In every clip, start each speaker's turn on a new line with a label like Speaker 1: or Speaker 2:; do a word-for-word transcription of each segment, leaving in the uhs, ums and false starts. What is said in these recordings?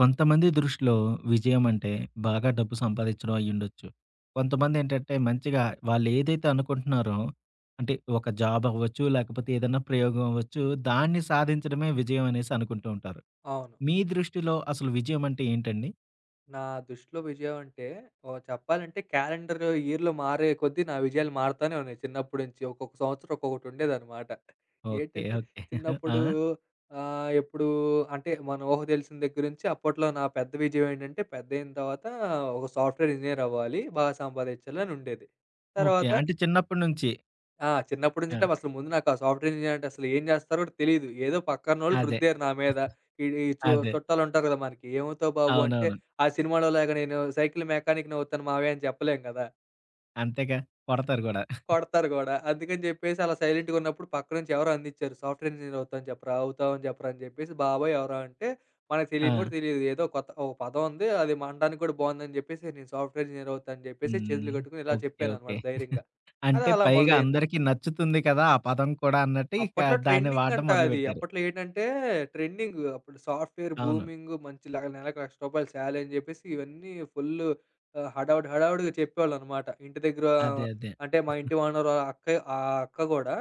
Speaker 1: కొంతమంది దృష్టిలో విజయం అంటే బాగా డబ్బు సంపాదించడం అయ్యుండొచ్చు. కొంతమంది ఏంటంటే మంచిగా వాళ్ళేదైతే అనుకుంటున్నారో అంటే ఒక జాబ్ అవ్వచ్చు, లేకపోతే ఏదైనా ప్రయోగం అవ్వచ్చు, దాన్ని సాధించడమే విజయం అనేసి అనుకుంటూ ఉంటారు.
Speaker 2: అవును.
Speaker 1: మీ దృష్టిలో అసలు విజయం అంటే ఏంటండి?
Speaker 2: నా దృష్టిలో విజయం అంటే ఓహ్! చెప్పాలంటే క్యాలెండర్ ఇయర్‌లో మారే కొద్దీ నా విజయాలు మారతానే ఉన్నాయి చిన్నప్పటి నుంచి. ఒక్కొక్క సంవత్సరం ఒక్కొక్కటి ఉండేదనమాట.
Speaker 1: ఓకే,
Speaker 2: ఏంటంటే
Speaker 1: ఓకే. ఆ,
Speaker 2: చిన్నప్పుడు ఆహ్, ఎప్పుడు అంటే మనం ఊహ తెలిసిన దగ్గర నుంచి అప్పట్లో నా పెద్ద విజయం ఏంటంటే పెద్దయిన తర్వాత ఒక సాఫ్ట్‌వేర్ ఇంజినీర్ అవ్వాలి, బాగా సంపాదించాలని ఉండేది.
Speaker 1: ఓకే,
Speaker 2: తర్వాత
Speaker 1: అంటే చిన్నప్పటి నుంచి.
Speaker 2: ఆ! చిన్నప్పటి నుంచి
Speaker 1: ఆ,
Speaker 2: అంటే అసలు ముందు నాకు ఆ సాఫ్ట్‌వేర్ ఇంజినీర్ అంటే అసలు ఏం చేస్తారో కూడా తెలీదు. ఏదో పక్కనోళ్ళు
Speaker 1: అదే,
Speaker 2: రుద్దారు నా మీద. ఈడు ఈ చు
Speaker 1: అదే,
Speaker 2: చుట్టాలుంటారు కదా మనకి. "ఏమవుతావు బాబు" అంటే
Speaker 1: అవునవును.
Speaker 2: ఆ సినిమాలో లాగా నేను సైకిల్ మెకానిక్‌ని అవుతాను మావయ్య అని చెప్పలేం కదా!
Speaker 1: అంతేగా, కొడతారు గూడా.
Speaker 2: కొడతారు కూడా. అందుకని చెప్పేసి అలా సైలెంట్‌గా ఉన్నప్పుడు పక్క నుంచి ఎవరో అందిచ్చారు. "సాఫ్ట్‌వేర్ ఇంజినీర్ అవుతాను చెప్పరా, అవుతావని చెప్పరా" అని చెప్పేసి బాబాయ్ ఎవరో అంటే మనకు
Speaker 1: ఆ,
Speaker 2: తెలియని కూడా తెలియదు. ఏదో కొత్త ఒక పదం ఉంది. అది మనడానికి కూడా బావుందని చెప్పేసి నేను సాఫ్ట్‌వేర్ ఇంజినీర్ అవుతా అని చెప్పేసి
Speaker 1: హ్మ్,
Speaker 2: చేతులు కట్టుకొని ఇలా
Speaker 1: ఓకే, ఓకే.
Speaker 2: చెప్పాననమాట ధైర్యంగా. అది
Speaker 1: అంటే
Speaker 2: అలా
Speaker 1: పైగా
Speaker 2: మొదలైంది.
Speaker 1: అందరికి నచ్చుతుంది కదా, ఆ పదం కూడా అన్నట్టు ఇక
Speaker 2: అప్పట్లో
Speaker 1: దాన్ని వాడడం
Speaker 2: ట్రెండింగంట అది.
Speaker 1: మొదలుపెట్టారు.
Speaker 2: అప్పట్లో ఏంటంటే ట్రెండింగ్. అప్పుడు సాఫ్ట్‌వేర్
Speaker 1: అవును,
Speaker 2: బూమింగ్ మంచి ల నెలకు రూ. ఒక లక్ష శాలరీ అని జెప్పేసి ఇవన్నీ ఫుల్లు ఆహ్, హడావుడి హడావుడిగా చెప్పేవాళ్ళనమాట. ఇంటి దగ్గర
Speaker 1: అదే, అదే,
Speaker 2: అంటే మా ఇంటి ఓనర్ వాళ్ళ అక్క ఆ అక్క గూడా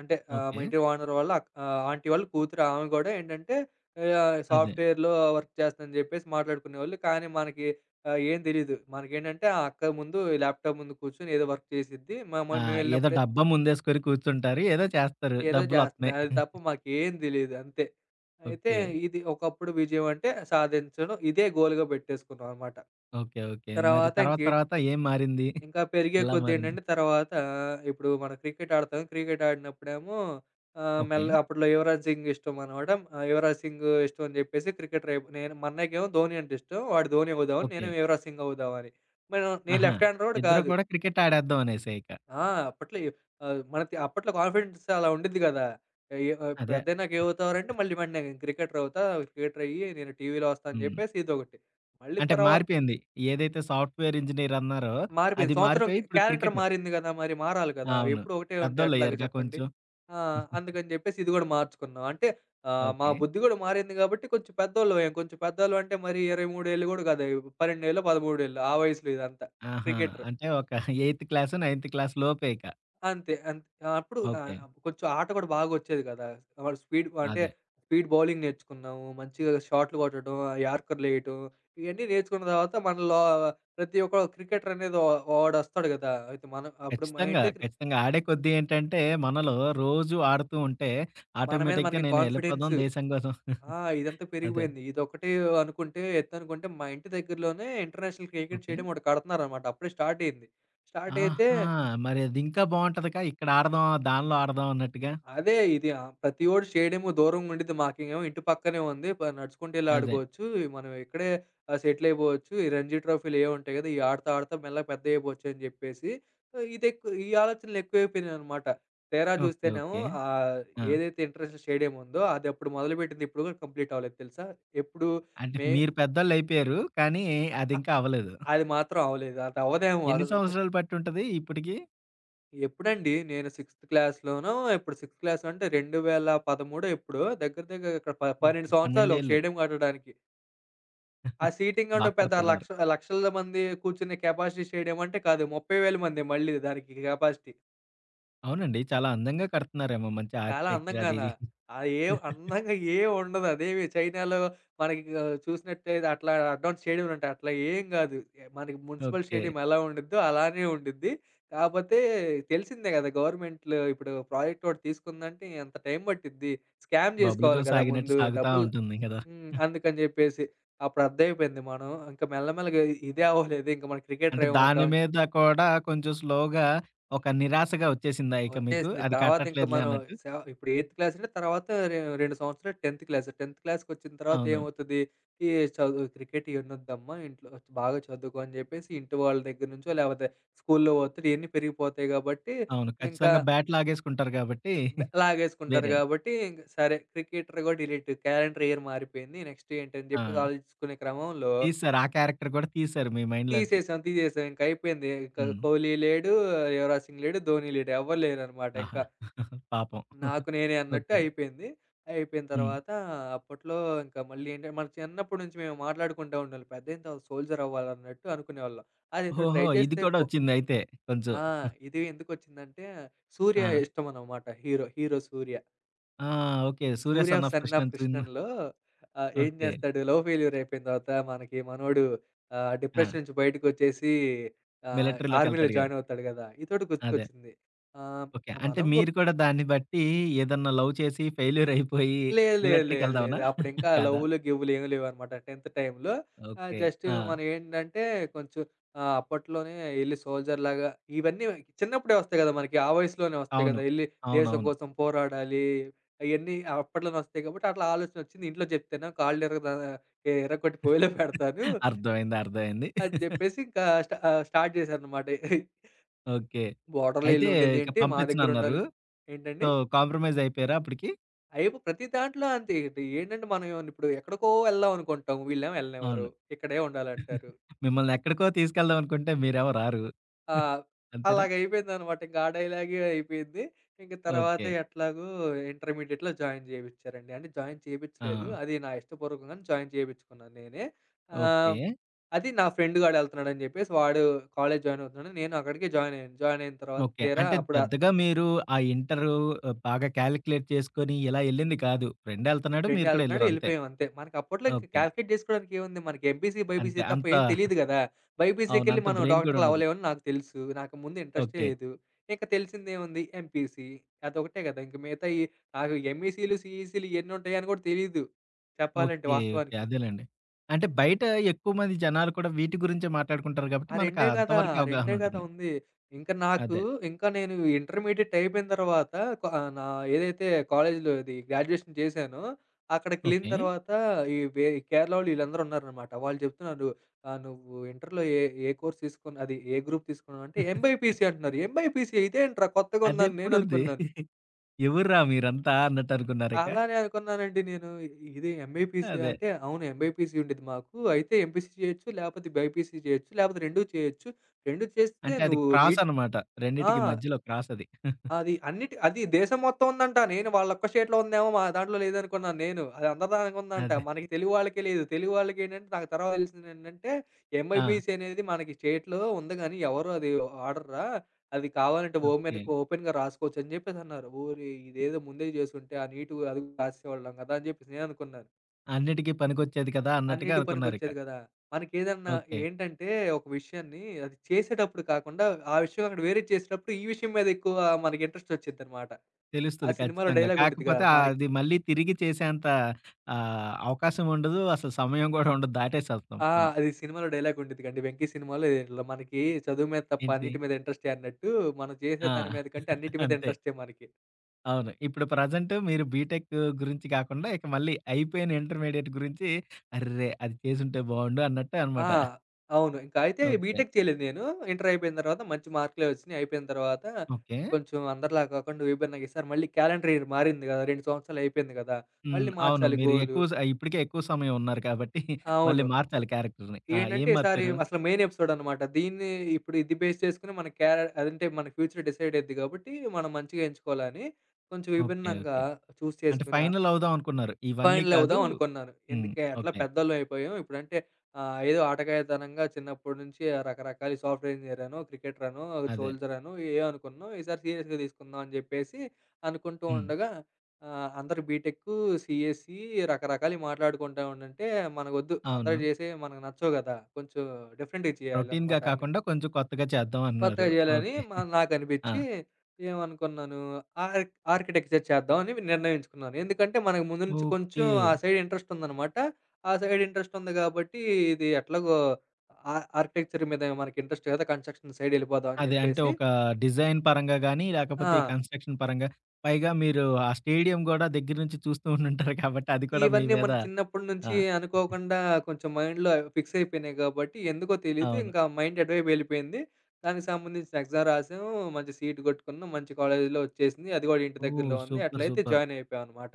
Speaker 2: అంటే ఆహ్, మా
Speaker 1: ఓకే,
Speaker 2: ఇంటి ఓనర్ వాళ్ళ అక్ ఆహ్, ఆంటీ వాళ్ళ కూతురు ఆమె గూడా ఏంటంటే ఆహ్,
Speaker 1: అదే.
Speaker 2: సాఫ్ట్‌వేర్‌లో వర్క్ చేస్తుందని జెప్పేసి మాట్లాడుకునేవాళ్ళు. కానీ మనకి ఆహ్, ఏం తెలీదు. మనకేంటంటే ఆ అక్క ముందు ల్యాప్‌టాప్ ముందు కూర్చొని ఏదో వర్క్ చేసిద్ది. మ
Speaker 1: ఆ,
Speaker 2: మ
Speaker 1: ఏదో
Speaker 2: మేమెళ్ళినప్పుడే
Speaker 1: డబ్బా ముందేసుకొని కూర్చుంటారు. ఏదో చేస్తారు.
Speaker 2: ఏదో జేస్తుంది.
Speaker 1: డబ్బులొత్తన్నాయి.
Speaker 2: అది తప్ప మాకేం తెలీదు అంతే. అయితే
Speaker 1: ఓకే,
Speaker 2: ఇది ఒకప్పుడు విజయం అంటే సాధించడం ఇదే గోల్‌గా పెట్టేసుకున్నాం అనమాట.
Speaker 1: ఓకే. ఓకే, మరి
Speaker 2: తర్వాత
Speaker 1: తర్వాత
Speaker 2: ఇంకేం
Speaker 1: తర్వాత ఏం మారింది?
Speaker 2: ఇంకా పెరిగే
Speaker 1: ఎలా
Speaker 2: కొద్దీ
Speaker 1: మారింది?
Speaker 2: ఏంటంటే తర్వాత ఇప్పుడు మనం క్రికెట్ ఆడతాం. క్రికెట్ ఆడినప్పుడేమో ఆహ్,
Speaker 1: ఓకే,
Speaker 2: మెల్ల అప్పట్లో యువరాజ్ సింగ్ ఇష్టం అనమాట. ఆహ్, యువరాజ్ సింగ్ ఇష్టం అని జెప్పేసి క్రికెటర్ అయిపో నేను మా అన్నయ్యకేమో ధోని అంటే ఇష్టం. వాడు ధోని అవుదామని,
Speaker 1: ఓకే.
Speaker 2: నేనేమో యువరాజ్ సింగ్ అవుదామని. నేను నేను
Speaker 1: ఆహా,
Speaker 2: లెఫ్ట్ హ్యాండరోడు
Speaker 1: ఇద్దరు
Speaker 2: కాదు.
Speaker 1: కూడా క్రికెట్ ఆడేద్దాం అనేసా ఇక.
Speaker 2: ఆ! అప్పట్లో ఎ ఆహ్, మనకి అప్పట్లో కాన్ఫిడెన్స్ అలా ఉండిద్ది గదా! ఎ ఆహ్,
Speaker 1: అదే.
Speaker 2: పెద్దయినాక ఏమవుతావురంటే మళ్ళీ మరి నేను క్రికెటర్ అవుతా. క్రికెటర్ అయ్యి నేను టీవీలో వస్తా అని
Speaker 1: హ్మ్,
Speaker 2: జెప్పేసి ఇదొకటి. మళ్ళీ
Speaker 1: అంటే
Speaker 2: తర్వా
Speaker 1: మారిపోయింది. ఏదైతే సాఫ్ట్‌వేర్ ఇంజినీర్ అన్నారో
Speaker 2: మారిపోయింది.
Speaker 1: అది
Speaker 2: సంవత్సరం
Speaker 1: మారిపోయి
Speaker 2: క్యా
Speaker 1: ఇప్పుడు
Speaker 2: క్యాలెండర్
Speaker 1: క్రికెటర్.
Speaker 2: మారింది గదా! మరి మారాలి కదా!
Speaker 1: అవును,
Speaker 2: ఎప్పుడు ఒకటే ఉంటే ఎట్లాగా
Speaker 1: పెద్దోళ్ళయ్యారుగా
Speaker 2: చెప్పండి.
Speaker 1: కొంచెం.
Speaker 2: ఆ! అందుకని జెప్పేసి ఇది గూడా మార్చుకున్నాం. అంటే ఆహ్, మా
Speaker 1: ఓకే,
Speaker 2: బుద్ధి గూడా మారింది గాబట్టి కొంచెం పెద్దోళ్ళమయ్యాం. కొంచెం పెద్దోళ్ళం అంటే మరి ఇరవై మూడు ఏళ్ళు గూడా గాదు. పన్నెండు పదమూడేళ్ళు ఆ వయసులో ఇదంతా
Speaker 1: ఆహా,
Speaker 2: క్రికెటర్.
Speaker 1: అంటే ఒక ఎయిత్ క్లాసు, నైన్త్ క్లాస్ లోపే ఇక.
Speaker 2: అంతే. అంత్ ఆహ్, అప్పుడు ఆహ్,
Speaker 1: ఓకే,
Speaker 2: కొంచెం ఆట కూడా బాగొచ్చేది కదా! వాడు స్పీడ్ అంటే
Speaker 1: అదే.
Speaker 2: స్పీడ్ బౌలింగ్ నేర్చుకున్నాము. మంచిగా షాట్లు కొట్టడం, యార్కర్‌లేయటం ఇయన్నీ నేర్చుకున్న తర్వాత మనలో ప్రతి ఒక్క క్రికెటర్ అనేది ఓ ఓడొస్తాడు కదా! అయితే మనం అప్పుడు మా
Speaker 1: ఖచ్చితంగా,
Speaker 2: ఇంటి దగ్గర
Speaker 1: ఖచ్చితంగా. ఆడే కొద్దీ ఏంటంటే, మనలో రోజు ఆడుతూ ఉంటే,
Speaker 2: మన మీద
Speaker 1: ఆటోమేటిక్‌గా
Speaker 2: మనకి
Speaker 1: నేను వెళ్ళిపోదాం
Speaker 2: కాన్ఫిడెన్స్
Speaker 1: దేశం కోసం.
Speaker 2: ఆ! ఇదంతా
Speaker 1: అదే,
Speaker 2: పెరిగిపోయింది. ఇదొకటే అనుకుంటే ఎత్తనుకుంటే మా ఇంటి దగ్గరలోనే ఇంటర్నేషనల్ క్రికెట్
Speaker 1: ఓకే.
Speaker 2: స్టేడియం ఒకటి కడుతున్నారనమాట. అప్పుడే స్టార్ట్ అయింది. స్టార్ట్ అయితే
Speaker 1: ఆహా, మరి అది ఇంకా బావుంటదిగా. ఇక్కడ ఆడదాం, దానిలో ఆడదాం అన్నట్టుగా.
Speaker 2: అదే ఇది ఆ! ప్రతివోడు షేడేమో దూరంగుండిద్ది. మాకేమో ఇంటి పక్కనే ఉంది. ప నడుచుకుంటెళ్లి
Speaker 1: అదే,
Speaker 2: ఆడుకోవచ్చు. ఈ మనం ఇక్కడే ఆహ్, సెటిల్ అయిపోవచ్చు. ఈ రంజీ ట్రోఫీలు ఏవుంటాయి గదా! ఇయి ఆడతా, ఆడతా మెల్లగా పెద్దయిపోవచ్చు అని జెప్పేసి ఆహ్, ఇదెక్కువ ఈ ఆలోచనలు ఎక్కువైపోయినాయనమాట. తీరా
Speaker 1: ఓకే,
Speaker 2: జూస్తేనేమో
Speaker 1: ఓకే.
Speaker 2: ఆహ్,
Speaker 1: ఆ,
Speaker 2: ఏదైతే ఇంటర్నేషనల్ స్టేడియం ఉందో అదప్పుడు మొదలుపెట్టింది ఇప్పుడు గూడా కంప్లీట్ అవ్వలేదు తెలుసా? ఎప్పుడు
Speaker 1: అంటే
Speaker 2: మే
Speaker 1: మీరు పెద్దోళ్ళయిపోయారు. కానీ అది
Speaker 2: అ
Speaker 1: ఇంకా అవ్వలేదు.
Speaker 2: అది మాత్రం అవ్వలేదు. అదవ్వదేమో
Speaker 1: ఎన్ని
Speaker 2: అసలు. ఒక
Speaker 1: సంవత్సరాలు పట్టుంటది ఇప్పటికి?
Speaker 2: ఎప్పుడండి నేను సిక్స్త్ క్లాస్‌లోనో ఎప్పుడు సిక్స్త్ క్లాస్ అంటే రెండు వేల పదమూడు ఎప్పుడో దగ్గర దగ్గర ఇక్కడ ప
Speaker 1: ఓకే,
Speaker 2: పన్నెండు
Speaker 1: పన్నెండు
Speaker 2: సంవత్సరాలు ఒక
Speaker 1: ఏళ్ళు.
Speaker 2: స్టేడియం కట్టడానికి. ఆ సీటింగ్
Speaker 1: బా
Speaker 2: అంటే పెద్ద
Speaker 1: కడుతున్నారు.
Speaker 2: లక్ష లక్షల మంది కూర్చునే కెపాసిటీ స్టేడియం అంటే కాదు. ముప్పై వేల మంది మళ్ళీ దానికి కెపాసిటీ.
Speaker 1: అవునండి, చాలా అందంగా కడుతున్నారేమో, మంచి
Speaker 2: చాలా
Speaker 1: ఆర్కిటెక్చర్ అది
Speaker 2: అందంగానా?
Speaker 1: ఇది.
Speaker 2: ఆ ఏం అందంగా ఏం ఉండదు. అదేమి చైనాలో మనకి ఆహ్, చూసినట్టయితే అట్లా అడ్వాన్స్ స్టేడియంలంట అట్లా ఏం గాదు. మనకి మున్సిపల్
Speaker 1: ఓకే,
Speaker 2: స్టేడియం ఎలా ఉండిద్దో అలానే ఉండిద్ది. కాపోతే తెలిసిందే గదా! గవర్నమెంట్‌లో ఇప్పుడు ప్రాజెక్ట్ ఒకటి తీసుకుందంటే ఎంత టైం పట్టిద్ది. స్కామ్
Speaker 1: బబుల్
Speaker 2: జేసుకోవాలి
Speaker 1: గమ్
Speaker 2: గదా!
Speaker 1: సాగినట్టు
Speaker 2: ముందు
Speaker 1: సాగుతా
Speaker 2: డబ్బులు
Speaker 1: ఉంటుంది కదా!
Speaker 2: హ్మ్. అందుకని జెప్పేసి అప్పుడు అర్థమైపోయింది. మనం ఇంకా మెల్లమెల్లగా ఇదే అవ్వలేదు. ఇంక మనం క్రికెటర్
Speaker 1: అంటే దాని
Speaker 2: ఏమవుతాం
Speaker 1: మీద కూడా కొంచెం స్లోగా ఒక నిరాశగా వచ్చేసిందా ఇక మీకు?
Speaker 2: వచ్చేసింది.
Speaker 1: అది
Speaker 2: తర్వాత ఇంక
Speaker 1: కట్టట్లేదులే
Speaker 2: మనం
Speaker 1: అన్నట్టు.
Speaker 2: సెవ ఇప్పుడు ఎయిత్ క్లాస్ అంటే తర్వాత రె రెండు సంవత్సరాలు టెన్త్ క్లాస్. టెన్త్ క్లాస్‌కొచ్చిన తర్వాత
Speaker 1: అవును,
Speaker 2: ఏమవుతది? ఈ చదువు క్రికెట్ ఇయన్నొద్దమ్మా ఇంట్లో వచ్చి బాగా చదువుకో అని జెప్పేసి ఇంటి వాళ్ళ దగ్గర నుంచో లేపోతే స్కూల్లో ఒత్తిడి ఇయన్నీ పెరిగిపోతాయి గాబట్టి,
Speaker 1: అవును,
Speaker 2: ఇంకా
Speaker 1: ఖచ్చితంగా బ్యాట్ లాగేసుకుంటారు కాబట్టి
Speaker 2: బె లాగేసుకుంటారు
Speaker 1: వేరేది.
Speaker 2: గాబట్టి ఇంక సరే క్రికెటర్ గూడా డిలీట్ క్యాలెండర్ ఇయర్ మారిపోయింది. నెక్స్ట్ ఏంటని
Speaker 1: ఆ,
Speaker 2: జెప్పేసి ఆలోచించుకునే క్రమంలో
Speaker 1: తీసేసారు. ఆ క్యారెక్టర్ కూడా తీసేసారు మీ మైండ్‌లోంచి.
Speaker 2: తీసేసాం, తీసేసాం. ఇంకయిపోయింది. ఇంక
Speaker 1: హ్మ్.
Speaker 2: కోహ్లీ లేడు, యువరాజ్ సింగ్ లేడు, ధోనీ లేడు. ఎవ్వరు లేరనమాట ఇంక.
Speaker 1: ఆహా! పాపం.
Speaker 2: నాకు నేనే అన్నట్టు
Speaker 1: ఓకే,
Speaker 2: అయిపోయింది. అయిపోయిన
Speaker 1: హ్మ్.
Speaker 2: తర్వాత అప్పట్లో ఇంకా మళ్ళీ ఏంటంటే మన చిన్నప్పటి నుంచి మేము మాట్లాడుకుంటా ఉండేవాళ్ళం. పెద్దయిన తర్వాత సోల్జర్ అవ్వాలన్నట్టు అనుకునేవాళ్ళం. అదేదో
Speaker 1: ఓహో,
Speaker 2: ట్రై
Speaker 1: ఇది
Speaker 2: చేస్తే
Speaker 1: కూడా
Speaker 2: పో
Speaker 1: వచ్చిందయితే కొంచెం.
Speaker 2: ఆ! ఇది ఎందుకొచ్చిందంటే 'సూర్య'
Speaker 1: ఆ,
Speaker 2: ఇష్టమనమాట హీరో. హీరో 'సూర్య.'
Speaker 1: ఆ, okay. 'Surya
Speaker 2: 'Surya
Speaker 1: son of
Speaker 2: son
Speaker 1: Krishna'
Speaker 2: of
Speaker 1: cinema.
Speaker 2: కృష్ణన్‌లో' ఆహ్, ఏం
Speaker 1: ఓకే,
Speaker 2: చేస్తాడు లవ్ ఫెయిల్యూర్ అయిపోయిన తర్వాత మనకి మనోడు ఆహ్,
Speaker 1: ఆ,
Speaker 2: డిప్రెషన్ నుంచి బయటకొచ్చేసి ఆహ్, ఆర్మీలో
Speaker 1: మిలిటరీలోకెళ్తాడుగా.
Speaker 2: జాయిన్ అవుతాడు కదా! ఇదోటి
Speaker 1: అదే,
Speaker 2: గుర్తుకొచ్చింది. ఆహ్,
Speaker 1: ఓకే. అంటే
Speaker 2: మనం గు
Speaker 1: మీరు కూడా దాన్ని బట్టి ఏదన్నా లవ్ చేసి ఫెయిల్యూర్ అయిపోయి
Speaker 2: లేదు. లేదు. లేదు. లేదు.
Speaker 1: మిలిటరీకెళ్దామనా?
Speaker 2: అప్పుడింకా
Speaker 1: కాదా?
Speaker 2: లవ్వులు, గివ్వులు ఏమి లేవనమాట. టెన్త్ టైమ్‌లో ఆహ్,
Speaker 1: ఓకే,
Speaker 2: జస్ట్
Speaker 1: ఆ,
Speaker 2: మనం ఏంటంటే కొంచెం ఆహ్, అప్పట్లోనే ఎళ్లి సోల్జర్‌లాగా ఇవన్నీ చిన్నప్పుడే వస్తాయి గదా! మనకి ఆ వయసులోనే వస్తాయి
Speaker 1: అవును,
Speaker 2: గదా! ఎళ్లి దేశం
Speaker 1: అవునవును.
Speaker 2: కోసం పోరాడాలి. అయన్నీ అప్పట్లోనే వస్తాయి కాబట్టి అట్లా ఆలోచనొచ్చింది. ఇంట్లో చెప్తేనేమో కాళ్ళిరగద ఎ ఇరగ్గొట్టి పొయ్యిలో పెడతాను.
Speaker 1: అర్థమైంది, అర్థమైంది.
Speaker 2: అని జెప్పేసి ఇంకా స్టా ఆహ్, స్టార్ట్ చేశాననమాట.
Speaker 1: ఓకే,
Speaker 2: బోర్డర్‌లో
Speaker 1: అయితే
Speaker 2: ఎళ్లి
Speaker 1: ఇక
Speaker 2: ఉండేదేంటి మా
Speaker 1: పంపించనన్నారు.
Speaker 2: దగ్గరుండాలి
Speaker 1: సో,
Speaker 2: ఏంటండి?
Speaker 1: కాంప్రమైజ్ అయిపోయారా అప్పటికి?
Speaker 2: అయిపో ప్రతి దాంట్లో అంతే. ఇది ఏంటంటే మనం ఏమన్నా ఇప్పుడు ఎక్కడికో వెళ్దాం అనుకుంటాం. వీళ్ళేమో వెళ్ళనివ్వరు.
Speaker 1: అవును.
Speaker 2: ఇక్కడే ఉండాలంటారు.
Speaker 1: మిమ్మల్ని ఎక్కడికో తీసుకెళ్దామనుకుంటే మీరేమో రారు.
Speaker 2: ఆహ్,
Speaker 1: అంతేనా?
Speaker 2: అలాగయిపోయిందనమాట. ఇంక ఆ డైలాగే అయిపోయింది. ఇంక తర్వాత
Speaker 1: ఓకే,
Speaker 2: ఎట్లాగో ఇంటర్మీడియేట్‌లో జాయిన్ చేపిచ్చారండి. అంటే జాయిన్ చేపిచ్చలేదు.
Speaker 1: ఆ,
Speaker 2: అది నా ఇష్టపూర్వకంగానే జాయిన్ చేపిచ్చుకున్నాను నేనే.
Speaker 1: ఓకే,
Speaker 2: ఆహ్, అది నా ఫ్రెండ్ గాడు ఎళ్తున్నాడని చెప్పేసి వాడు కాలేజ్ జాయిన్ అవుతున్నాడని నేను అక్కడికి జాయిన్ అయ్యాను. జాయిన్ అయిన తర్వాత
Speaker 1: ఓకే.
Speaker 2: తీరా
Speaker 1: అంటే
Speaker 2: అప్పుడు
Speaker 1: పెద్దగా మీరు ఆ ఇంటరు ఆహ్, బాగా కాలిక్యులేట్ చేసుకొని ఇలా ఎళ్ళింది కాదు. ఫ్రెండెళ్తన్నాడు,
Speaker 2: ఫ్రెండ్
Speaker 1: మీరు కూడా
Speaker 2: ఎళ్తున్నాడు
Speaker 1: ఎళ్లరు అంతే.
Speaker 2: ఎళ్ళిపోయాం అంతే. మనకప్పట్లో ఇంక
Speaker 1: ఓకే,
Speaker 2: కాలిక్యులేట్ జేసుకోవడానికి ఏముంది? మనకి ఎంపీసీ,
Speaker 1: అంతే,
Speaker 2: బైపీసీ తప్ప
Speaker 1: అంత
Speaker 2: ఏం తెలీదు గదా!
Speaker 1: అవును,
Speaker 2: బైపీసీకెళ్ళి
Speaker 1: అంత
Speaker 2: మనం
Speaker 1: బ్రెయిన్ కూడా
Speaker 2: డాక్టర్‌లు
Speaker 1: ఉండదు.
Speaker 2: అవ్వలేమని నాకు తెలుసు. నాకు ముందు ఇంట్రెస్టే
Speaker 1: ఓకే,
Speaker 2: లేదు. ఇంక తెలిసిందేముంది? ఎంపీసీ. అదొకటే గదా! ఇంక మిగతాయి నాకు ఎంఈసీలు, సీఈసీలు ఇయన్నీ ఉంటాయని గూడా తెలీదు. చెప్పాలంటే
Speaker 1: ఓకే, ఓకే,
Speaker 2: వాస్తవానికి.
Speaker 1: అదేలెండి. అంటే బయట ఎక్కువ మంది జనాలు కూడా వీటి గురించే మాట్లాడుకుంటారు కాబట్టి
Speaker 2: ఆ!
Speaker 1: మనకు
Speaker 2: రెండు కదా!
Speaker 1: అంతవరకే అవగాహన
Speaker 2: రెండు కదా!
Speaker 1: ఉంటుంది.
Speaker 2: ఉంది. ఇంకా నాకు
Speaker 1: అదే,
Speaker 2: ఇంకా నేను ఇంటర్మీడియేట్ అయిపోయిన తర్వాత కా ఆహ్, నా ఏదైతే కాలేజ్‌లో ఇది గ్రాడ్యుయేషన్ చేశానో, అక్కడికెళ్ళిన
Speaker 1: ఓకే.
Speaker 2: తర్వాత ఈ వే కేరళోళ్ళు వీళ్ళందరూ ఉన్నారనమాట. వాళ్ళు చెప్తున్నారు, ఆహ్, "నువ్వు ఇంటర్‌లో ఏ ఏ కోర్స్ తీసుకున్నా అది ఏ గ్రూప్ తీసుకున్నావు" అంటే ఎంబైపీసీ అంటున్నారు. ఎంబైపీసీ ఇదేంట్రా కొత్తగా ఉందని నేను
Speaker 1: అదెప్పుడుంది?
Speaker 2: అనుకున్నాను.
Speaker 1: ఎవర్రా మీరంతా అన్నట్టు అనుకున్నారిక.
Speaker 2: అలానే అనుకున్నానండి నేను. ఇ- ఇది ఎంబైపీసీయా
Speaker 1: అదే,
Speaker 2: అంటే, "అవును ఎంబైపీసీ ఉండేది మాకు. అయితే ఎంపీసీ చేయొచ్చు, లేకపోతే బైపీసీ చేయొచ్చు, లేకపోతే రెండు చేయొచ్చు. రెండు చేస్తే
Speaker 1: అంటే అది
Speaker 2: నువ్వు
Speaker 1: క్రాస్
Speaker 2: నీట్
Speaker 1: అన్నమాట,
Speaker 2: ఆ!
Speaker 1: రెండిటికి మధ్యలో క్రాస్ అది.
Speaker 2: అది అన్నిటి అది దేశం మొత్తం ఉందంట. నేను వాళ్ళొక్క స్టేట్‌లో ఉందేమో మా దాంట్లో లేదనుకున్నాను నేను. అది అందరి దానికి ఉందంట.
Speaker 1: అదే,
Speaker 2: మనకి తెలుగు వాళ్ళకే లేదు. తెలుగు వాళ్ళకేంటంటే నాకు తర్వాత తెలిసిందేంటంటే,
Speaker 1: ఆ,
Speaker 2: ఎంఐబీఎస్ అనేది మనకి స్టేట్‌లో ఉంది గానీ, ఎవరు అది వాడర్రా. అది కావాలంటే ఓమెన్
Speaker 1: ఓకే.
Speaker 2: ఓపెన్‌గా రాసుకోవచ్చు అని చెప్పేసన్నారు. ఓరి! ఇదేదో ముందే చేసుంటే ఆ నీటు అది రాసేవాళ్ళం కదా! అని చెప్పేసి నేననుకున్నాను.
Speaker 1: అన్నిటికి పనికొచ్చేది కదా అన్నట్టుగా
Speaker 2: అన్నిటికి
Speaker 1: అనుకున్నారిక.
Speaker 2: పనికొచ్చేది గదా! మనకేదన్నా
Speaker 1: ఓకే,
Speaker 2: ఏంటంటే, ఒక విషయాన్ని అది చేసేటప్పుడు కాకుండా, ఆ విషయం అక్కడ వేరేది చేసేటప్పుడు, ఈ విషయం మీద ఎక్కువ మనకి ఇంట్రెస్ట్ ఒచ్చిద్దనమాట. ఆ
Speaker 1: తెలుస్తది,
Speaker 2: సినిమాలో
Speaker 1: ఖచ్చితంగా.
Speaker 2: డైలాగ్ ఉండిద్దిగా
Speaker 1: కాకపోతే
Speaker 2: మనకి
Speaker 1: అది మళ్ళీ తిరిగి చేసేంత ఆహ్, అవకాశం ఉండదు. అసలు సమయం గూడా ఉండదు. దాటేసేస్తాం
Speaker 2: ఆ!
Speaker 1: మనం.
Speaker 2: అది సినిమాలో డైలాగ్ ఉండిద్దిగాండి. 'వెంకీ' సినిమాలో ఇట్లా మనకి చదువు మీద తప్ప
Speaker 1: ఏంటిది?
Speaker 2: అన్నిటి మీద ఇంట్రెస్టే అన్నట్టు, మనం
Speaker 1: ఆ!
Speaker 2: చేసే దాని మీద కంటే అన్నిటి మీద
Speaker 1: అంతే.
Speaker 2: ఇంట్రెస్టే మనకి.
Speaker 1: అవును, ఇప్పుడు ప్రెజెంట్ మీరు బీటెక్ గురించి కాకుండా ఇక మళ్ళీ అయిపోయిన ఇంటర్మీడియేట్ గురించి అర్రె, అది చేసుంటే బావుండు అన్నట్టు
Speaker 2: ఆ!
Speaker 1: అనమాట.
Speaker 2: అవును. ఇంకా అయితే
Speaker 1: ఓకే,
Speaker 2: బీటెక్ చేయలేదు నేను. ఇంటర్ అయిపోయిన తర్వాత మంచి మార్కులే వచ్చినియి. అయిపోయిన తర్వాత
Speaker 1: ఓకే,
Speaker 2: కొంచెం అందరిలా కాకుండా విభిన్నంగా ఈసారి మళ్ళీ క్యాలెండర్ ఇయర్ మారింది గదా! రెండు సంవత్సరాలు అయిపోయింది గదా!
Speaker 1: హ్మ్,
Speaker 2: మళ్ళీ
Speaker 1: అవును.
Speaker 2: మార్చాలి
Speaker 1: మీరు
Speaker 2: గోలు.
Speaker 1: ఎక్కువ స ఇప్పటికే ఎక్కువ సమయం ఉన్నారు కాబట్టి మళ్ళీ
Speaker 2: అవును.
Speaker 1: మార్చాలి క్యారెక్టర్‌ని. ఆ,
Speaker 2: ఏంటంటే
Speaker 1: ఏం
Speaker 2: ఈసారి
Speaker 1: మార్చారు?
Speaker 2: అసలు మెయిన్ ఎపిసోడ్ అనమాట. దీన్ని ఇప్పుడు ఇది బేస్ చేసుకొని మన క్యార అదంటే మన ఫ్యూచర్ డిసైడ్ అయిద్ది కాబట్టి మనం మంచిగా ఎంచుకోవాలని కొంచెం
Speaker 1: ఓకే,
Speaker 2: విభిన్నంగా
Speaker 1: ఓకే,
Speaker 2: చూస్
Speaker 1: అంటే
Speaker 2: చేసుకుని
Speaker 1: ఫైనల్ అవుదాం అనుకున్నారు. ఇవన్నీ కాదు.
Speaker 2: ఫైనలవుదాం అనుకున్నాను.
Speaker 1: హ్మ్,
Speaker 2: ఎందుకే ఎట్లా
Speaker 1: ఓకే,
Speaker 2: పెద్దోళ్ళం అయిపోయాం. ఇప్పుడంటే ఆహ్, ఏదో ఆటకాయతనంగా చిన్నప్పటి నుంచి ఆ రకరకాల ఈ సాఫ్ట్‌వేర్ ఇంజినీరనో, క్రికెటరనో,
Speaker 1: అదే,
Speaker 2: సోల్జరనో ఏయో అనుకున్నాం. ఈసారి సీరియస్‌గా తీసుకుందాం అని జెప్పేసి అనుకుంటూ
Speaker 1: హ్మ్,
Speaker 2: ఉండగా ఆహ్, అందరూ బీటెక్కు, సీఎస్ఈ రకరకాలయి మాట్లాడుకుంటా ఉండంటే మనకొద్దు. అందరూ
Speaker 1: అవును.
Speaker 2: జేసేయి మనకు నచ్చవు గదా! కొంచెం డిఫరెంట్‌గా
Speaker 1: రొటీన్‌గా
Speaker 2: చేయాలనమాట అన్నీ.
Speaker 1: కాకుండా కొంచెం కొత్తగా చేద్దాం అన్నారు.
Speaker 2: కొత్తగా జేయాలని
Speaker 1: ఓకే,
Speaker 2: మా
Speaker 1: ఆ,
Speaker 2: నాకనిపిచ్చి, ఏమనుకున్నాను ఆర్క్ ఆర్కిటెక్చర్ చేద్దామని నిర్ణయించుకున్నాను. ఎందుకంటే, మనకు ముందు నుంచి
Speaker 1: ఓకే.
Speaker 2: కొంచెం ఆ సైడ్ ఇంట్రెస్ట్ ఉందనమాట. ఆ సైడ్ ఇంట్రెస్ట్ ఉంది గాబట్టి, ఇది ఎట్లాగో ఆ ఆర్కిటెక్చర్ మీద మనకి ఇంట్రెస్ట్ కదా! కన్‌స్ట్రక్షన్ సైడ్ యెళ్ళిపోదాం అని
Speaker 1: అదే, అంటే
Speaker 2: జెప్పేసి
Speaker 1: ఒక డిజైన్ పరంగా గాని,
Speaker 2: ఆ!
Speaker 1: లేకపోతే ఈ కన్‌స్ట్రక్షన్ పరంగా, పైగా మీరు ఆ స్టేడియం గూడా దగ్గర నుంచి చూస్తూ ఉండుంటారు కాబట్టి అది కూడా మీ
Speaker 2: ఇవన్నీ
Speaker 1: మీద
Speaker 2: మనకి చిన్నప్పటి
Speaker 1: ఆ,
Speaker 2: నుంచి అనుకోకుండా కొంచెం మైండ్‌లో ఫిక్స్ అయిపోయినాయి గాబట్టి, ఎందుకో తెలీదు
Speaker 1: అవును.
Speaker 2: ఇంకా మైండ్ అటువైపు వెళ్ళిపోయింది. దానికి సంబంధించిన ఎగ్జామ్ రాసాము. మంచి సీట్ కొట్టుకున్నాం. మంచి కాలేజ్‌లో వచ్చేసింది. అది గూడా ఇంటి
Speaker 1: ఓహ్,
Speaker 2: దగ్గరలో ఉంది.
Speaker 1: సూపర్,
Speaker 2: అట్లయితే
Speaker 1: సూపర్!
Speaker 2: జాయిన్ అయిపోయామనమాట.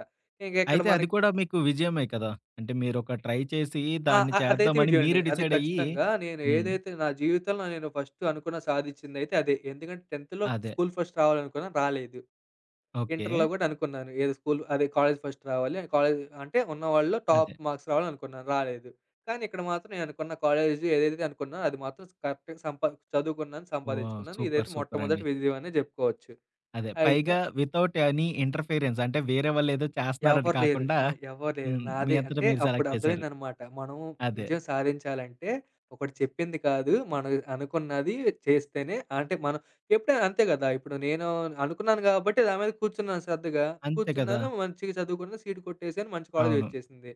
Speaker 2: ఇంక ఇక్కడ
Speaker 1: అయితే అది
Speaker 2: మనకి
Speaker 1: కూడా మీకు విజయమే కదా! అంటే మీరొక ట్రై చేసి
Speaker 2: ఆ!
Speaker 1: దాన్ని
Speaker 2: అ అదైతే
Speaker 1: చేద్దామని
Speaker 2: విజయమండి.
Speaker 1: మీరు
Speaker 2: అది
Speaker 1: డిసైడ్ అయ్యి
Speaker 2: ఖచ్చితంగా నేను
Speaker 1: హ్మ్,
Speaker 2: ఏదైతే నా జీవితంలో నేను ఫస్ట్ అనుకున్న సాధిచ్చిందైతే అదే. ఎందుకంటే 10థ్‌లో
Speaker 1: అదే,
Speaker 2: స్కూల్ ఫస్ట్ రావాలనుకున్నా రాలేదు.
Speaker 1: ఓకే,
Speaker 2: ఇంటర్‌లో గూడా అనుకున్నాను. ఏదో స్కూల్ అదే కాలేజ్ ఫస్ట్ రావాలి. కాలేజ్ అంటే ఉన్నవాళ్ళలో టాప్
Speaker 1: అదే.
Speaker 2: మార్క్స్ రావాలనుకున్నాను. రాలేదు. కానీ ఇక్కడ మాత్రం నేననుకున్న కాలేజ్ ఏదైతే అనుకున్నానో అది మాత్రం కరెక్ట్‌గా సంపా చదువుకున్నాను,
Speaker 1: వావ్,
Speaker 2: సంపాదించుకున్నాను.
Speaker 1: సూపర్,
Speaker 2: ఇదైతే
Speaker 1: సూపర్
Speaker 2: మొట్టమొదటి
Speaker 1: అండి.
Speaker 2: విజయం అనే జెప్పుకోవచ్చు.
Speaker 1: అదే,
Speaker 2: అయితే
Speaker 1: పైగా వితౌట్ ఎనీ ఇంటర్‌ఫియరెన్స్ అంటే వేరే వాళ్ళేదో చేస్తున్నారని
Speaker 2: ఎవ్వరు లేరు.
Speaker 1: కాకుండా
Speaker 2: ఆ! ఎవ్వరు లేరు.
Speaker 1: హ్మ్, మీ
Speaker 2: నాదే
Speaker 1: అంతట
Speaker 2: అంటే
Speaker 1: మీరు
Speaker 2: అప్పుడు
Speaker 1: సెలెక్ట్ చేశారు.
Speaker 2: అర్థమైందనమాట. మనం
Speaker 1: అదే,
Speaker 2: విజయం సాధించాలంటే ఒకడు చెప్పింది కాదు. మనం అనుకున్నది చేస్తేనే అంటే మనం ఎప్పుడైనా అంతే కదా! ఇప్పుడు నేను అనుకున్నాను కాబట్టి దాని మీద కూర్చున్నాను శ్రద్ధగా.
Speaker 1: అంతే కదా!
Speaker 2: కూర్చున్నాను, మంచిగా చదువుకున్నాను, సీట్ కొట్టేసాను, మంచి కాలేజ్
Speaker 1: అవును.
Speaker 2: వచ్చేసింది.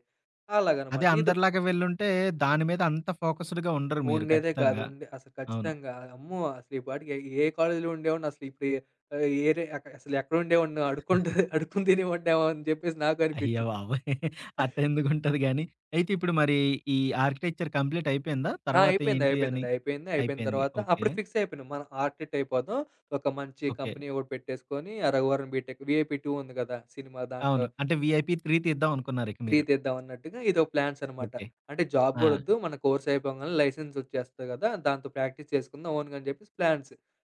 Speaker 1: అదే,
Speaker 2: అలాగనమాట. ఇదో
Speaker 1: అందరిలాగా వెళ్ళుంటే దాని మీద అంత ఫోకస్డ్‌గా ఉండరు మీరు
Speaker 2: ఉండేదే కాదు.
Speaker 1: ఖచ్చితంగా.
Speaker 2: ఉండే అసలు
Speaker 1: అవును.
Speaker 2: ఖచ్చితంగా అమ్మో! అసలు ఈ పాటికి ఏ కాలేజ్‌లో ఉండేవాడినో అసలు ఇప్పుడు ఆహ్, ఏరే అసలు ఎక్కడ ఉండేవాడినో అడుక్కుంటూ అడుక్కుని తినేవాడినేమో అని చెప్పేసి నాకు
Speaker 1: అయ్య
Speaker 2: అనిపించిద్ది.
Speaker 1: బాబోయ్! అట్టెందుకుంటది గానీ, అయితే ఇప్పుడు మరి ఈ ఆర్కిటెక్చర్ కంప్లీట్ అయిపోయిందా?
Speaker 2: ఆ!
Speaker 1: తర్వాత
Speaker 2: అయిపోయింది.
Speaker 1: ఏంటి అని?
Speaker 2: అయిపోయిందండి. అయిపోయింది. అయిపోయిన
Speaker 1: అయిపోయింది,
Speaker 2: తర్వాత
Speaker 1: ఓకే,
Speaker 2: అప్పుడు ఫిక్స్ అయిపోయినాం. మనం ఆర్టిట్ అయిపోదాం. ఒక మంచి
Speaker 1: ఓకే,
Speaker 2: కంపెనీ ఒకటి పెట్టేసుకొని, ఆ 'రఘువరన్ బీటెక్' 'వీఐపీ టూ' ఉంది కదా! సినిమా దాంట్లో
Speaker 1: అవును. అంటే వీఐపీ త్రీ తీద్దాం అనుకున్నారు ఇక
Speaker 2: మూడు
Speaker 1: మీరు.
Speaker 2: తీద్దాం అన్నట్టుగా ఇదో ప్లాన్స్ అనమాట.
Speaker 1: ఓకే,
Speaker 2: అంటే జాబ్
Speaker 1: ఆ,
Speaker 2: కూడా వద్దు. మన కోర్స్ అయిపోగానే లైసెన్స్ వచ్చేస్తది కదా! దాంతో ప్రాక్టీస్ చేసుకుందాం ఓన్‌గా అని చెప్పేసి ప్లాన్స్.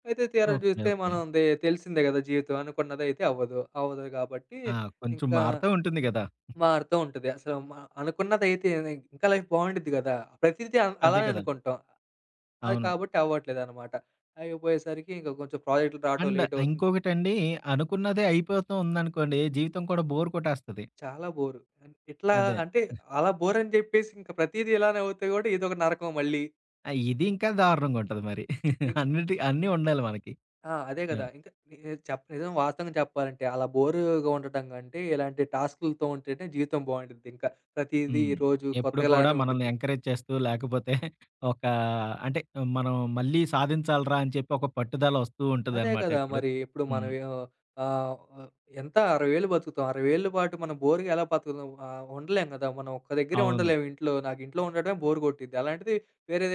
Speaker 2: అయితే తీరా
Speaker 1: ఓకే,
Speaker 2: చూస్తే
Speaker 1: ఓకే,
Speaker 2: మనది తెలిసిందే కదా జీవితం. అనుకున్నదైతే అవ్వదు. అవ్వదు కాబట్టి
Speaker 1: ఆ, కొంచెం
Speaker 2: ఇంకా
Speaker 1: మారుతూ ఉంటుంది గదా!
Speaker 2: మారుతూ ఉంటది. అసలు మ అనుకున్నదైతే ఇంకా లైఫ్ బావుండిద్ది కదా! ప్రతిదీ
Speaker 1: అదే
Speaker 2: అలానే
Speaker 1: కదా,
Speaker 2: అనుకుంటాం. అది
Speaker 1: అవును.
Speaker 2: కాబట్టి అవ్వట్లేదనమాట. అయిపోయేసరికి ఇంక కొంచెం ప్రాజెక్టులు రావటం
Speaker 1: అండ్
Speaker 2: లేట్ అవుతుంది.
Speaker 1: ఇంకొకటండి, అనుకున్నదే అయిపోతూ ఉందనుకోండి, జీవితం కూడా బోర్ కొట్టేస్తది.
Speaker 2: చాలా బోరు. అన్ ఇట్లా
Speaker 1: అదే,
Speaker 2: అంటే అలా బోరని జెప్పేసి ఇంక ప్రతీదీ ఇలానే అవుతే గూడా ఇదొక నరకం మళ్ళీ.
Speaker 1: ఆహ్, ఇది ఇంకా దారుణంగా ఉంటది మరి.
Speaker 2: ఇంక
Speaker 1: అన్నిటి అన్నీ ఉండాలి మనకి.
Speaker 2: ఆ! అదే గదా!
Speaker 1: యాహ్,
Speaker 2: ఇంక నేను చెప్ నిజం వాస్తవంగా చెప్పాలంటే అలా బోరుగా ఉండటం కంటే ఇలాంటి టాస్కులతో ఉంటేనే జీవితం బావుండిద్ది. ఇంకా ప్రతీదీ
Speaker 1: హ్మ్.
Speaker 2: రోజు
Speaker 1: ఎప్పుడు కూడా
Speaker 2: కొత్తలానే
Speaker 1: మనల్ని
Speaker 2: ఉండిద్ది.
Speaker 1: ఎంకరేజ్ చేస్తూ లేకపోతే ఒక అంటే మనం మళ్ళీ సాధించాలిరా అని చెప్పి ఒక పట్టుదల వస్తూ
Speaker 2: అదే
Speaker 1: ఉంటదనమాట
Speaker 2: కదా!
Speaker 1: ఎప్పుడు.
Speaker 2: మరి ఇప్పుడు
Speaker 1: హ్మ్,
Speaker 2: మనం ఏం ఆహ్, ఎంత అరవై ఏళ్ళు బతుకుతాం. అరవై ఏళ్ళ పాటు మనం బోరుగా ఎలా బతుకుతాం? ఆహ్, ఉండలేం కదా! మనం ఒక్క దగ్గరే
Speaker 1: అవును,
Speaker 2: ఉండలేము ఇంట్లో. నాకు ఇంట్లో ఉండడమే బోర్ కొట్టిద్ది. అలాంటిది వేరే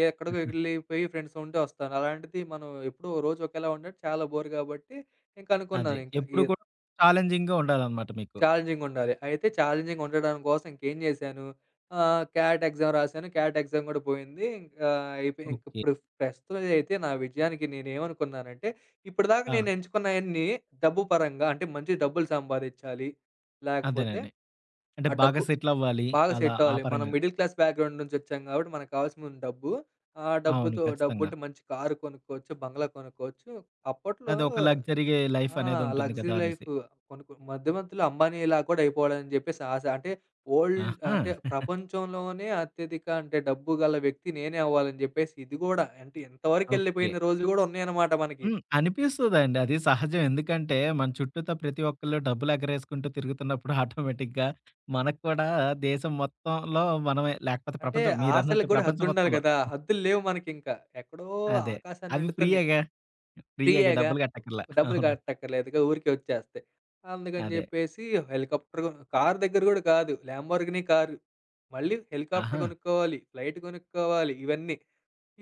Speaker 2: ఏ- ఎక్కడికో ఎళ్ళిపోయి ఫ్రెండ్స్ ఉంటే వస్తాను. అలాంటిది మనం ఎప్పుడూ రోజు ఒకేలా ఉండడం చాలా బోర్ కాబట్టి ఇంక
Speaker 1: అదే,
Speaker 2: అనుకున్నాను ఇంక. ఈ
Speaker 1: ఎప్పుడు కూడా ఛాలెంజింగ్‌గా ఉండాలనమాట మీకు.
Speaker 2: ఛాలెంజింగుండాలి. అయితే ఛాలెంజింగ్ ఉండడం కోసం ఇంకేం జేశాను, ఆహ్, క్యాట్ ఎగ్జామ్ రాశాను. క్యాట్ ఎగ్జామ్ గూడా పోయింది. ఇంకా అయిపోయి
Speaker 1: ఓకే,
Speaker 2: ఇంకిప్పుడు ప్రస్తుతం అయితే నా విజయానికి నేనేమనుకున్నానంటే, ఇప్పటిదాకా
Speaker 1: ఆ,
Speaker 2: నేను ఎంచుకున్నయన్నీ డబ్బు పరంగా అంటే మంచి డబ్బులు సంపాదిచ్చాలి. లేకపోతే
Speaker 1: అదేనండి. అంటే
Speaker 2: ఆ
Speaker 1: బాగా
Speaker 2: డబ్బు
Speaker 1: సెటిల్ అవ్వాలి,
Speaker 2: బాగా
Speaker 1: అలా
Speaker 2: సెట్
Speaker 1: ఆ
Speaker 2: అవ్వాలి. మనం
Speaker 1: పరంగా.
Speaker 2: మిడిల్ క్లాస్ బ్యాక్‌గ్రౌండ్ నుంచొచ్చాం గాబట్టి మనకు కావాల్సింది డబ్బు. ఆ
Speaker 1: అవును,
Speaker 2: డబ్బుతో
Speaker 1: ఖచ్చితంగా.
Speaker 2: డబ్బుంటే మంచి కారు కొనుక్కోవచ్చు, బంగ్లా కొనుక్కోవచ్చు. అప్పట్లో
Speaker 1: అదొక లగ్జరీ లైఫ్
Speaker 2: ఆ!
Speaker 1: అనేదుంటుంది
Speaker 2: లగ్జరీ
Speaker 1: కదా అనేసి.
Speaker 2: లైఫ్ కొన్ని కొ మధ్య మధ్యలో అంబానీలా కూడా అయిపోవాలని జెప్పేసి ఆశ. అంటే వరల్డ్
Speaker 1: ఆహా,
Speaker 2: అంటే ప్రపంచంలోనే అత్యధిక అంటే డబ్బు గల వ్యక్తి నేనే అవ్వాలని జెప్పేసి ఇది గూడా అంటే
Speaker 1: ఓకే,
Speaker 2: ఇంతవరకెళ్ళిపోయిన రోజులు గూడా ఉన్నాయన్నమాట మనకి.
Speaker 1: హ్మ్, అనిపిస్తదండి. అది సహజం. ఎందుకంటే మన చుట్టూతా ప్రతి ఒక్కళ్ళు డబ్బులు ఎగరేసుకుంటూ తిరుగుతున్నప్పుడు ఆటోమేటిక్‌గా మనకు కూడా దేశం మొత్తంలో మనమే, లేకపోతే
Speaker 2: అయితే
Speaker 1: ప్రపంచం, మీరన్నట్టు
Speaker 2: ఆశలకు గూడా
Speaker 1: ప్రపంచం
Speaker 2: హద్దుండాలి
Speaker 1: మొత్తంలో.
Speaker 2: గదా! హద్దులు లేవు మనకింక. ఎక్కడో
Speaker 1: అదే,
Speaker 2: ఆకాశాన్ని
Speaker 1: అవి
Speaker 2: అండుతున్నాయి.
Speaker 1: ఫ్రీయేగా, ఫ్రీయేగా
Speaker 2: ఫ్రీయేగా
Speaker 1: డబ్బులు కట్టక్కర్లా.
Speaker 2: డబ్బులు
Speaker 1: అవును,
Speaker 2: కట్టక్కర్లేదుగా ఊరికే వచ్చేస్తాయి. అందుకని
Speaker 1: అదే.
Speaker 2: జెప్పేసి హెలికాప్టర్ గొ కారు దగ్గర గూడా కాదు. Lamborghini car. మళ్ళీ హెలికాప్టర్
Speaker 1: ఆహా,
Speaker 2: గొనుక్కోవాలి, ఫ్లైట్ గొనుక్కోవాలి ఇవన్నీ.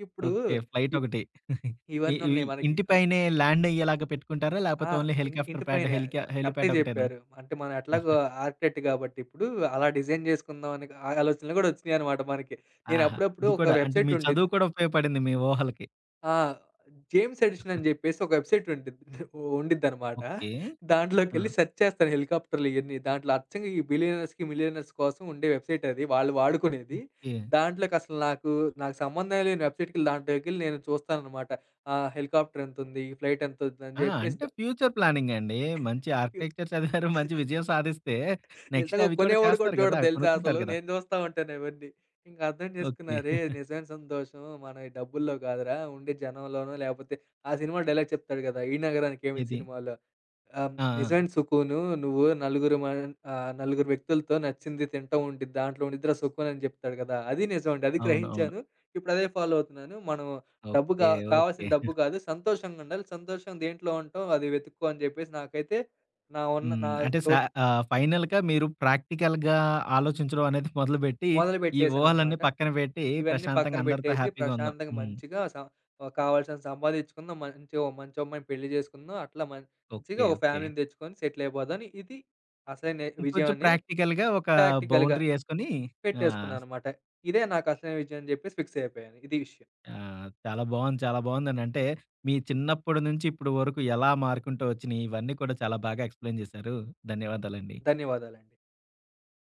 Speaker 2: ఇప్పుడు
Speaker 1: ఓకే,
Speaker 2: ఇప్
Speaker 1: ఫ్లైటొకటి. ఇ
Speaker 2: ఇవన్నీ
Speaker 1: ఇవి
Speaker 2: ఉన్నాయి మనకి.
Speaker 1: ఇంటి
Speaker 2: ఆ!
Speaker 1: పైనే ల్యాండ్ అయ్యేలాగా పెట్టుకుంటారా?
Speaker 2: ఆ!
Speaker 1: లేకపోతే ఓన్లీ
Speaker 2: ఇంటి
Speaker 1: హెలికాప్టర్
Speaker 2: ఇంటి
Speaker 1: ప్యాడ్
Speaker 2: పైనే
Speaker 1: హెలికా
Speaker 2: కరెక్టే
Speaker 1: హెలీప్యాడ్ ఒకటేనా?
Speaker 2: జెప్పారు. అంటే మనం ఎట్లాగో ఆర్కిటెక్ట్ గాబట్టి ఇప్పుడు అలా డిజైన్ జేసుకుందాం అనే ఆలోచనలు గూడా ఒచ్చినాయన్నమాట మనకి. నేను
Speaker 1: ఆహా,
Speaker 2: అప్పుడప్పుడు
Speaker 1: ఇది
Speaker 2: ఒక
Speaker 1: కూడా అంటే
Speaker 2: వెబ్‌సైట్
Speaker 1: మీ చదువు
Speaker 2: ఉండిద్ది
Speaker 1: కూడా ఉపయోగపడింది మీ ఊహలకి.
Speaker 2: ఆ! 'జేమ్స్ ఎడిషన్' అని జెప్పేసి ఒక వెబ్‌సైట్ ఉండిద్ది ఉండిద్దనమాట.
Speaker 1: ఓకే, ఆ,
Speaker 2: దాంట్లోకెళ్ళి సెర్చ్ చేస్తాను హెలికాప్టర్‌లు ఇయన్నీ. దాంట్లో అచ్చంగా ఈ బిలియనర్స్‌కి, మిలియనర్స్ కోసం ఉండే వెబ్‌సైట్ అది. వాళ్ళు వాడుకునేది.
Speaker 1: ఓకే,
Speaker 2: దాంట్లోకసలు నాకు, నాకు సంబంధం లేని వెబ్‌సైట్‌కెళ్ళి దాంట్లోకెళ్ళి నేను చూస్తాననమాట. ఆహ్, హెలికాప్టర్ ఎంతుంది? ఫ్లైట్ ఎంతవుద్దని
Speaker 1: ఆ,
Speaker 2: జెప్పేసి
Speaker 1: అంటే
Speaker 2: ద
Speaker 1: ఫ్యూచర్ ప్లానింగ్ అండి. మంచి ఆర్కిటెక్చర్ చదివారు, మంచి విజయం సాధిస్తే నెక్స్ట్
Speaker 2: నిజంగా
Speaker 1: అవి కూడా
Speaker 2: కొనేవాడు కూడా
Speaker 1: చేస్తారు కదా,
Speaker 2: చూడడు
Speaker 1: అవి
Speaker 2: తెలుసా
Speaker 1: కొనుక్కుంటారు
Speaker 2: అసలు.
Speaker 1: కదా!
Speaker 2: నేను చూస్తా ఉంటాను అవన్నీ. ఇంక అర్థం చేసుకున్నా,
Speaker 1: ఓకే,
Speaker 2: "అరేయ్! నిజమైన సంతోషం మనం ఈ డబ్బుల్లో కాదురా, ఉండే జనంలోనో లేపోతే" ఆ సినిమా డైలాగ్ చెప్తాడు కదా! 'ఈ నగరానికి ఏమి'
Speaker 1: ఏది?
Speaker 2: సినిమాలో ఆహ్,
Speaker 1: ఆ, ఆ,
Speaker 2: నిజమైన సుకును నువ్వు నలుగురు మ ఆహ్, నలుగురు వ్యక్తులతో నచ్చింది తింటా ఉండిద్ది. దాంట్లో ఉండిద్దిరా సుకున్ అని చెప్తాడు కదా! అది నిజం అండి. అది
Speaker 1: అవును, అవును.
Speaker 2: గ్రహించాను. ఇప్పుడు అదే ఫాలో అవుతున్నాను. మనం డబ్బు
Speaker 1: ఓకే,
Speaker 2: గా
Speaker 1: ఓకే,
Speaker 2: కావాల్సిన డబ్బు కాదు, సంతోషంగుండాలి. సంతోషం దేంట్లో ఉంటాం అది వెతుక్కో అని చెప్పేసి నాకైతే నా ఉన్న
Speaker 1: హ్మ్,
Speaker 2: నా
Speaker 1: అంటే సా
Speaker 2: తోటి
Speaker 1: ఆహ్, ఫైనల్‌గా మీరు ప్రాక్టికల్‌గా ఆలోచించడం అనేది మొదలుపెట్టి, ఈ ఊహలన్నీ
Speaker 2: మొదలుపెట్టేసాననమాట.
Speaker 1: పక్కన పెట్టి
Speaker 2: ఇవన్నీ పక్కన
Speaker 1: ప్రశాంతంగా అందరితో
Speaker 2: పెట్టేసి
Speaker 1: హ్యాపీగా ఉందాం.
Speaker 2: ప్రశాంతంగా
Speaker 1: హ్మ్,
Speaker 2: మంచిగా స ఆహ్, కావాల్సినంత సంపాదించుకుందాం. మంచి ఓ మంచి అమ్మాయిని పెళ్లి చేసుకుందాం. అట్లా మంచిగా
Speaker 1: ఓకే,
Speaker 2: ఒక
Speaker 1: ఓకే,
Speaker 2: ఫ్యామిలీని తెచ్చుకొని సెటిల్ అయిపోదాం. ఇది అసలైన విజయం
Speaker 1: ఇంకొంచెం
Speaker 2: అని
Speaker 1: ప్రాక్టికల్‌గా ఒక
Speaker 2: ప్రాక్టికల్‌గా
Speaker 1: బౌండరీ యేసుకొని ఆ,
Speaker 2: పెట్టేసుకున్నాననమాట. ఇదే నాకు అసలైన విజయం అని చెప్పేసి ఫిక్స్ అయిపోయాను. ఇది విషయం.
Speaker 1: ఆ, చాలా బావుంది, చాలా బావుందండి. అంటే మీ చిన్నప్పటి నుంచి ఇప్పుడు వరకు ఎలా మారుకుంటూ వచ్చినియి ఇవన్నీ కూడా చాలా బాగా ఎక్స్‌ప్లెయిన్ చేశారు. ధన్యవాదాలండి.
Speaker 2: ధన్యవాదాలండి.